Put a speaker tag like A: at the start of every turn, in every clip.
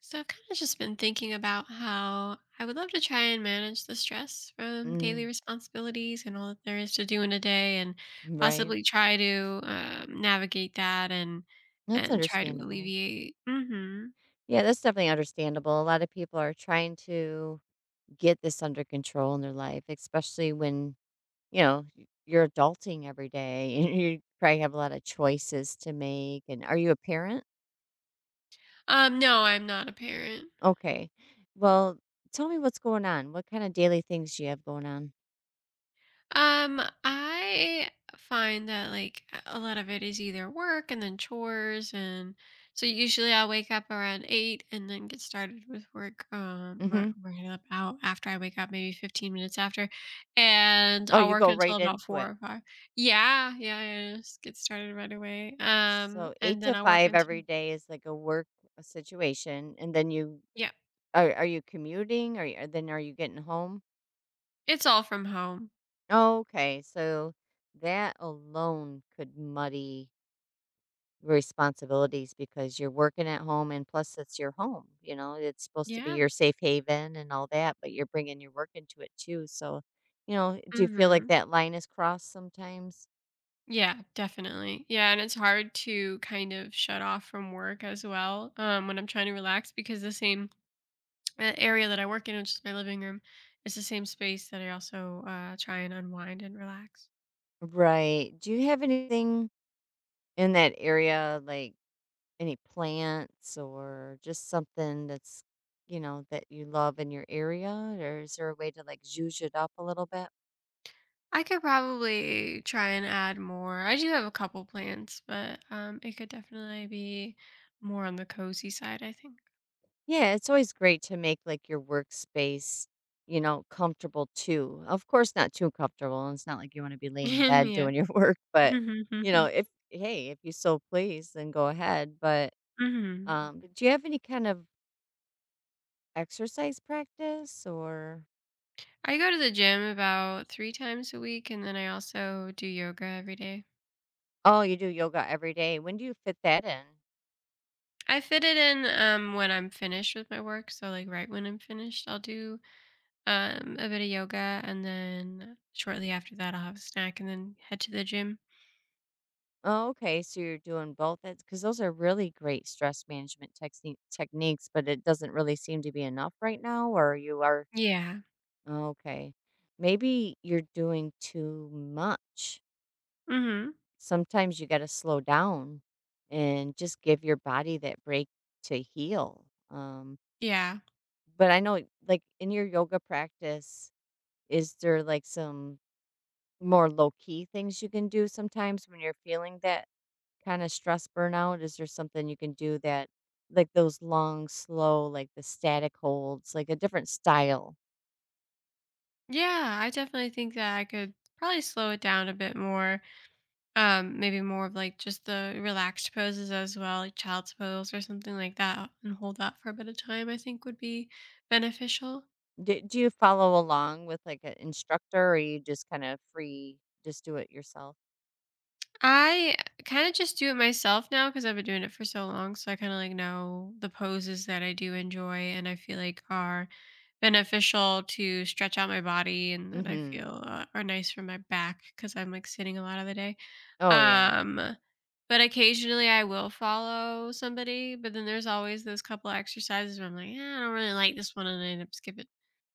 A: So I've kind of just been thinking about how I would love to try and manage the stress from daily
B: Mm,
A: responsibilities and all that there is to do in a day, and
B: right.
A: possibly try to navigate that and
B: That's
A: and try to
B: understandable.
A: alleviate. Hmm.
B: Yeah, that's definitely understandable. A lot of people are trying to get this under control in their life, especially when, you're adulting every day and you probably have a lot of choices to make. And are you a parent?
A: No, I'm not a parent.
B: Okay. Well, tell me what's going on. What kind of daily things do you have going on?
A: I find that like a lot of it is either work and then chores, and so usually I wake up around 8 and then get started with work.
B: Hmm.
A: Working up out after I wake up, maybe 15 minutes after, and
B: Oh,
A: I'll
B: you go
A: work until
B: right
A: about
B: into
A: four
B: it.
A: or five. Yeah, yeah, yeah. Just get started right away.
B: So eight
A: And
B: to
A: then I'll work
B: five every
A: until,
B: day is like a work situation. And then you
A: yeah.
B: are you commuting? Then are you getting home?
A: It's all from home.
B: Oh, okay, so that alone could muddy responsibilities because you're working at home and plus it's your home, it's supposed to be
A: Yeah.
B: your safe haven and all that, but you're bringing your work into it too. So, do you feel like
A: Mm-hmm.
B: that line is crossed sometimes?
A: Yeah, definitely. Yeah, and it's hard to kind of shut off from work as well when I'm trying to relax, because the same area that I work in, which is my living room, is the same space that I also try and unwind and relax.
B: Right. Do you have anything in that area, like any plants or just something that's, that you love in your area? Or is there a way to like zhuzh it up a little bit?
A: I could probably try and add more. I do have a couple plans, but it could definitely be more on the cozy side, I think.
B: Yeah, it's always great to make like your workspace, comfortable too. Of course, not too comfortable. And it's not like you want to be laying in bed
A: Yeah.
B: doing your work, but if you so please, then go ahead. But
A: Hmm.
B: do you have any kind of exercise practice or?
A: I go to the gym about three times a week, and then I also do yoga every day.
B: Oh, you do yoga every day. When do you fit that in?
A: I fit it in when I'm finished with my work. So like right when I'm finished, I'll do a bit of yoga, and then shortly after that I'll have a snack and then head to the gym.
B: Oh, okay. So you're doing both. That's because those are really great stress management techniques, but it doesn't really seem to be enough right now. Or you are.
A: Yeah.
B: Oh, okay. Maybe you're doing too much.
A: Mhm.
B: Sometimes you got to slow down and just give your body that break to heal.
A: Yeah.
B: But I know, like, in your yoga practice, is there like some more low key things you can do sometimes when you're feeling that kind of stress burnout? Is there something you can do that, like those long, slow, like the static holds, like a different style?
A: Yeah, I definitely think that I could probably slow it down a bit more. Maybe more of like just the relaxed poses as well, like child's pose or something like that, and hold that for a bit of time. I think would be beneficial.
B: Do you follow along with, like, an instructor, or you just kinda free just do it yourself?
A: I kind of just do it myself now because I've been doing it for so long. So I kind of like know the poses that I do enjoy and I feel like are beneficial to stretch out my body, and that I
B: Mhm.
A: feel are nice for my back because I'm like sitting a lot of the day.
B: Oh, yeah.
A: Um, but occasionally I will follow somebody, but then there's always those couple exercises where I'm like, "Eh, I don't really like this one," and I end up skipping.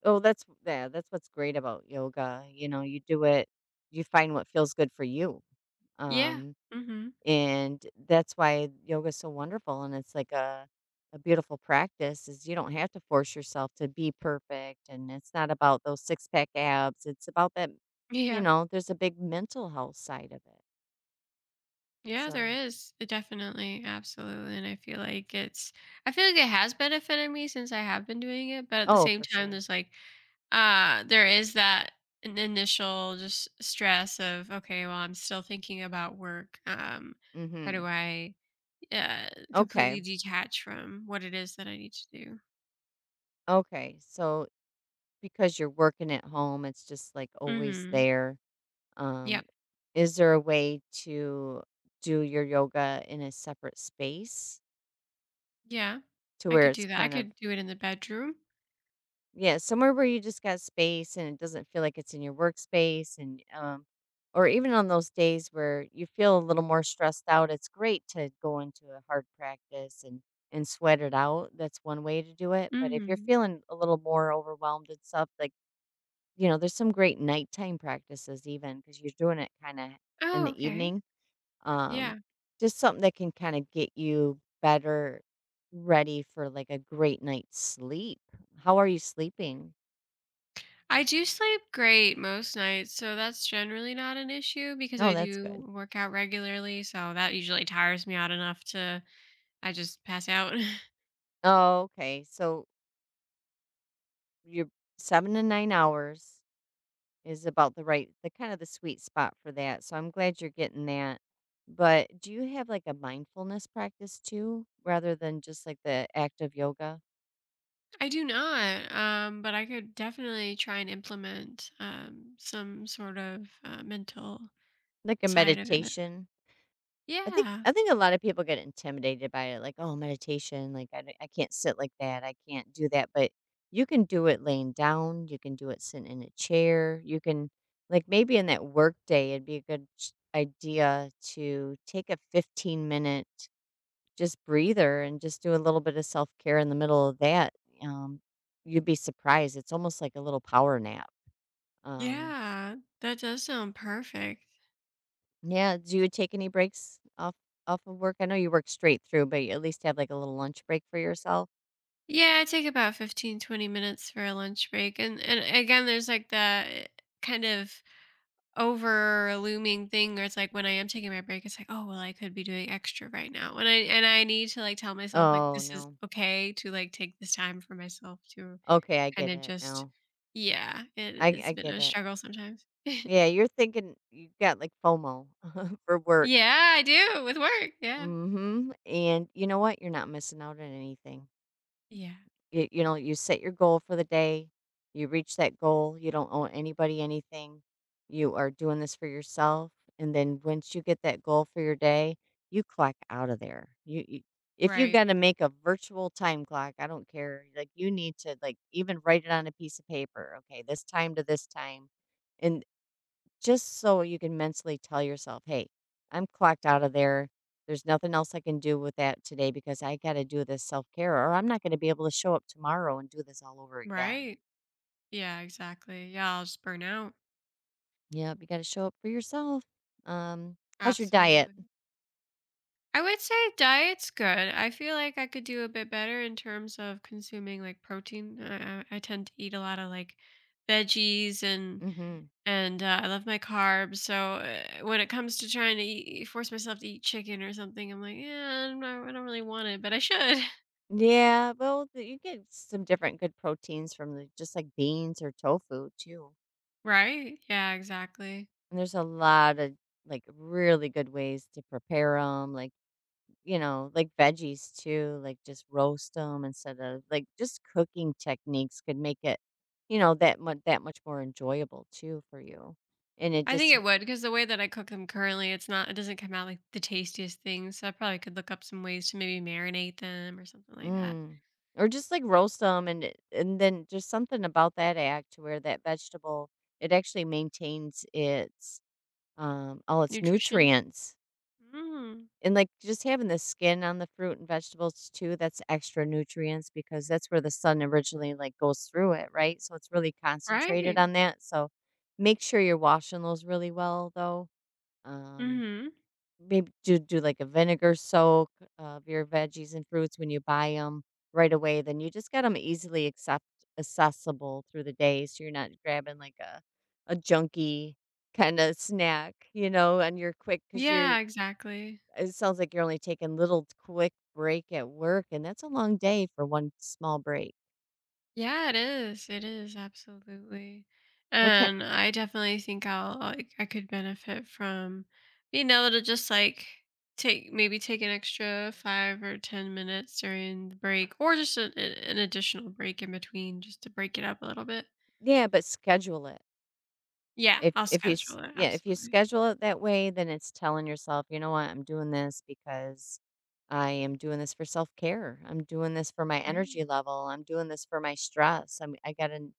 B: Oh, that's Yeah, that's what's great about yoga, you know, you do it you find what feels good for you,
A: Yeah.
B: um,
A: Mm-hmm.
B: and that's why yoga's so wonderful, and it's like a beautiful practice is you don't have to force yourself to be perfect, and it's not about those six-pack abs, it's about that,
A: Yeah.
B: there's a big mental health side of it.
A: Yeah, there
B: So,
A: is. It Definitely. Absolutely. And I feel like it's I feel like it has benefited me since I have been doing it, but at the
B: oh,
A: same
B: for
A: time
B: sure.
A: there's like there is that an initial just stress of, okay, well, I'm still thinking about work. How do
B: Mhm.
A: I uh
B: Okay.
A: completely detach from what it is that I need to do?
B: Okay. So because you're working at home, it's just like always
A: Mhm.
B: there.
A: Yeah.
B: Um, is there a way to do your yoga in a separate space
A: Yeah.
B: to
A: I
B: where
A: could
B: it's
A: do that. I
B: kind of,
A: could do it in the bedroom.
B: yeah, somewhere where you just got space and it doesn't feel like it's in your workspace, and or even on those days where you feel a little more stressed out, it's great to go into a hard practice and sweat it out. That's one way to do it. But if you're
A: Mhm.
B: feeling a little more overwhelmed and stuff, like, you know, there's some great nighttime practices even because you're doing it kinda in
A: Oh,
B: the
A: okay.
B: evening. Um,
A: Yeah.
B: just something that can kinda get you better ready for, like, a great night's sleep. How are you sleeping?
A: I do sleep great most nights, so that's generally not an issue because
B: Oh,
A: I
B: that's good.
A: do work out regularly, so that usually tires me out enough to I just pass out.
B: Oh, okay. So, your 7 to 9 hours is about the kind of the sweet spot for that, so I'm glad you're getting that. But do you have, like, a mindfulness practice too rather than just, like, the active yoga?
A: I do not, but I could definitely try and implement some sort of mental
B: Like a
A: side of it.
B: meditation? I think
A: Yeah,
B: I think a lot of people get intimidated by it, like, "Oh, meditation, like, I can't sit like that, I can't do that," but you can do it laying down, you can do it sitting in a chair, you can like, maybe in that work day, it'd be a good ch idea to take a 15-minute just breather and just do a little bit of self-care in the middle of that. um, You'd be surprised, it's almost like a little power nap. um
A: yeah, that does sound perfect.
B: Yeah, do you take any breaks off of work? I know you work straight through, but you at least have like a little lunch break for yourself?
A: Yeah, I take about 15 to 20 minutes for a lunch break. And again, there's like that kind of over looming thing where it's like when I am taking my break, it's like, oh well, I could be doing extra right now. And I need to like tell myself like
B: Oh,
A: this is
B: no.
A: okay to like take this time for myself to
B: Okay, I
A: kind
B: get
A: of
B: it
A: just,
B: now.
A: yeah. it,
B: I
A: it's been
B: get
A: a
B: it.
A: struggle sometimes.
B: Yeah, you're thinking you got like FOMO for work.
A: Yeah, I do with work. Yeah.
B: Mm. Mhm. And you know what? You're not missing out on anything.
A: Yeah.
B: You set your goal for the day, you reach that goal, you don't owe anybody anything. You are doing this for yourself, and then once you get that goal for your day, you clock out of there. You if you
A: Right.
B: gotta make a virtual time clock, I don't care, like, you need to, like, even write it on a piece of paper, "Okay, this time to this time," and just so you can mentally tell yourself, "Hey, I'm clocked out of there. There's nothing else I can do with that today because I got to do this self care, or I'm not going to be able to show up tomorrow and do this all over again."
A: Right. Yeah, exactly. Yeah, I'll just burn out.
B: Yep, you got to show up for yourself. Um, How's your diet?
A: Absolutely. I would say diet's good. I feel like I could do a bit better in terms of consuming like protein. I tend to eat a lot of like veggies, and
B: Hmm.
A: and uh, I love my carbs. So when it comes to trying to eat, force myself to eat chicken or something, I'm like, yeah, I don't know, I don't really want it, but I should.
B: Yeah, well, you get some different good proteins from just like beans or tofu too.
A: Right? Yeah, exactly.
B: And there's a lot of like really good ways to prepare them, like, you know, like veggies too, like just roast them. Instead of like just cooking techniques could make it, that much more enjoyable too for you. And it
A: I think
B: just h
A: it would, because the way that I cook them currently, it doesn't come out like the tastiest thing. So I probably could look up some ways to maybe marinate them or something like that.
B: mm. Or just like roast them, and it and then just something about that act where that vegetable, it actually maintains its, all its
A: Nutrition.
B: nutrients.
A: Mm,
B: And, like, just having the skin on the fruit and vegetables too, that's extra nutrients because that's where the sun originally, like, goes through it, right? So it's really concentrated
A: right.
B: on that, so make sure you're washing those really well, though. Um,
A: Mhm.
B: Maybe do, like, a vinegar soak of your veggies and fruits when you buy them right away, then you just get them easily accept accessible through the day so you're not grabbing, like, a junky kinda snack, and you're quick because 'cause you're
A: Yeah, exactly.
B: it sounds like you're only taking little quick break at work, and that's a long day for one small break.
A: Yeah, it is. It is, absolutely.
B: What kind
A: And I definitely think I could benefit from being able to just like take an extra 5 or 10 minutes during the break, or just an additional break in between, just to break it up a little bit.
B: Yeah, but schedule it.
A: Yeah, I'll
B: If you s
A: schedule it,
B: yeah, if you
A: absolutely.
B: schedule it that way, then it's telling yourself, "You know what? I'm doing this because I am doing this for self-care. I'm doing this for my
A: Right.
B: energy level. I'm doing this for my stress. I gotta."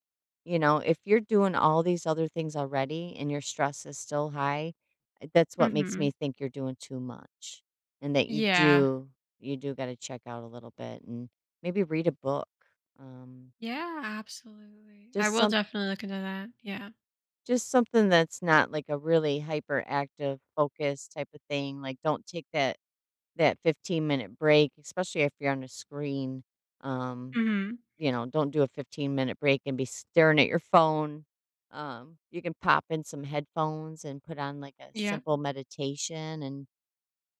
B: If you're doing all these other things already and your stress is still high, that's what makes me
A: Mhm.
B: think you're doing too much and that
A: Yeah.
B: you do gotta check out a little bit and maybe read a book. Um,
A: Yeah, absolutely. I
B: just
A: will
B: some
A: definitely look into that. Yeah.
B: Just something that's not like a really hyperactive focus type of thing, like, don't take that 15-minute break, especially if you're on a screen. um,
A: Mhm.
B: don't do a 15-minute break and be staring at your phone. You can pop in some headphones and put on, like, a
A: Yeah.
B: simple meditation, and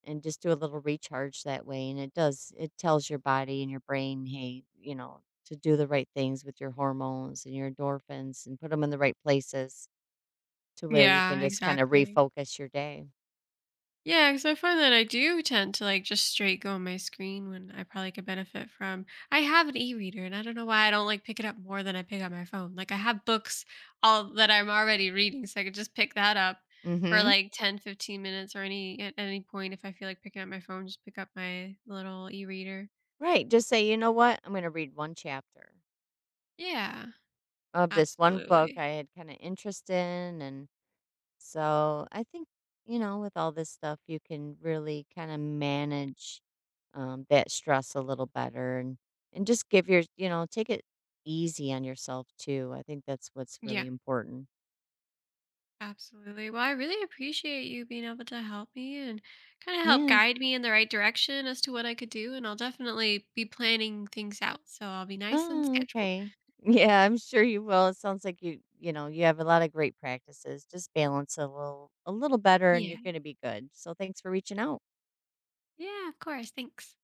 B: just do a little recharge that way, and it tells your body and your brain, "Hey," to do the right things with your hormones and your endorphins and put them in the right places, to where you can
A: Yeah,
B: just kinda
A: exactly.
B: refocus your day.
A: Yeah, because I find that I do tend to like just straight go on my screen when I probably could benefit from. I have an e-reader, and I don't know why I don't like pick it up more than I pick up my phone. Like, I have books all that I'm already reading, so I could just pick that up for
B: Mhm.
A: like 10 to 15 minutes, or any at any point if I feel like picking up my phone, just pick up my little e-reader.
B: Right, just say, "You know what? I'm gonna read one chapter
A: Yeah,
B: of this one book
A: absolutely.
B: I had kinda interest in," and so, I think, with all this stuff, you can really kinda manage, that stress a little better, and just give your you know, take it easy on yourself too. I think that's what's really
A: Yeah.
B: important.
A: Absolutely. Well, I really appreciate you being able to help me and kind of help
B: Yeah.
A: guide me in the right direction as to what I could do. And I'll definitely be planning things out, so I'll be nice and
B: Oh,
A: scheduled.
B: okay. Yeah, I'm sure you will. It sounds like you have a lot of great practices. Just balance a little better and you're
A: Yeah.
B: going to be good. So thanks for reaching out.
A: Yeah, of course. Thanks.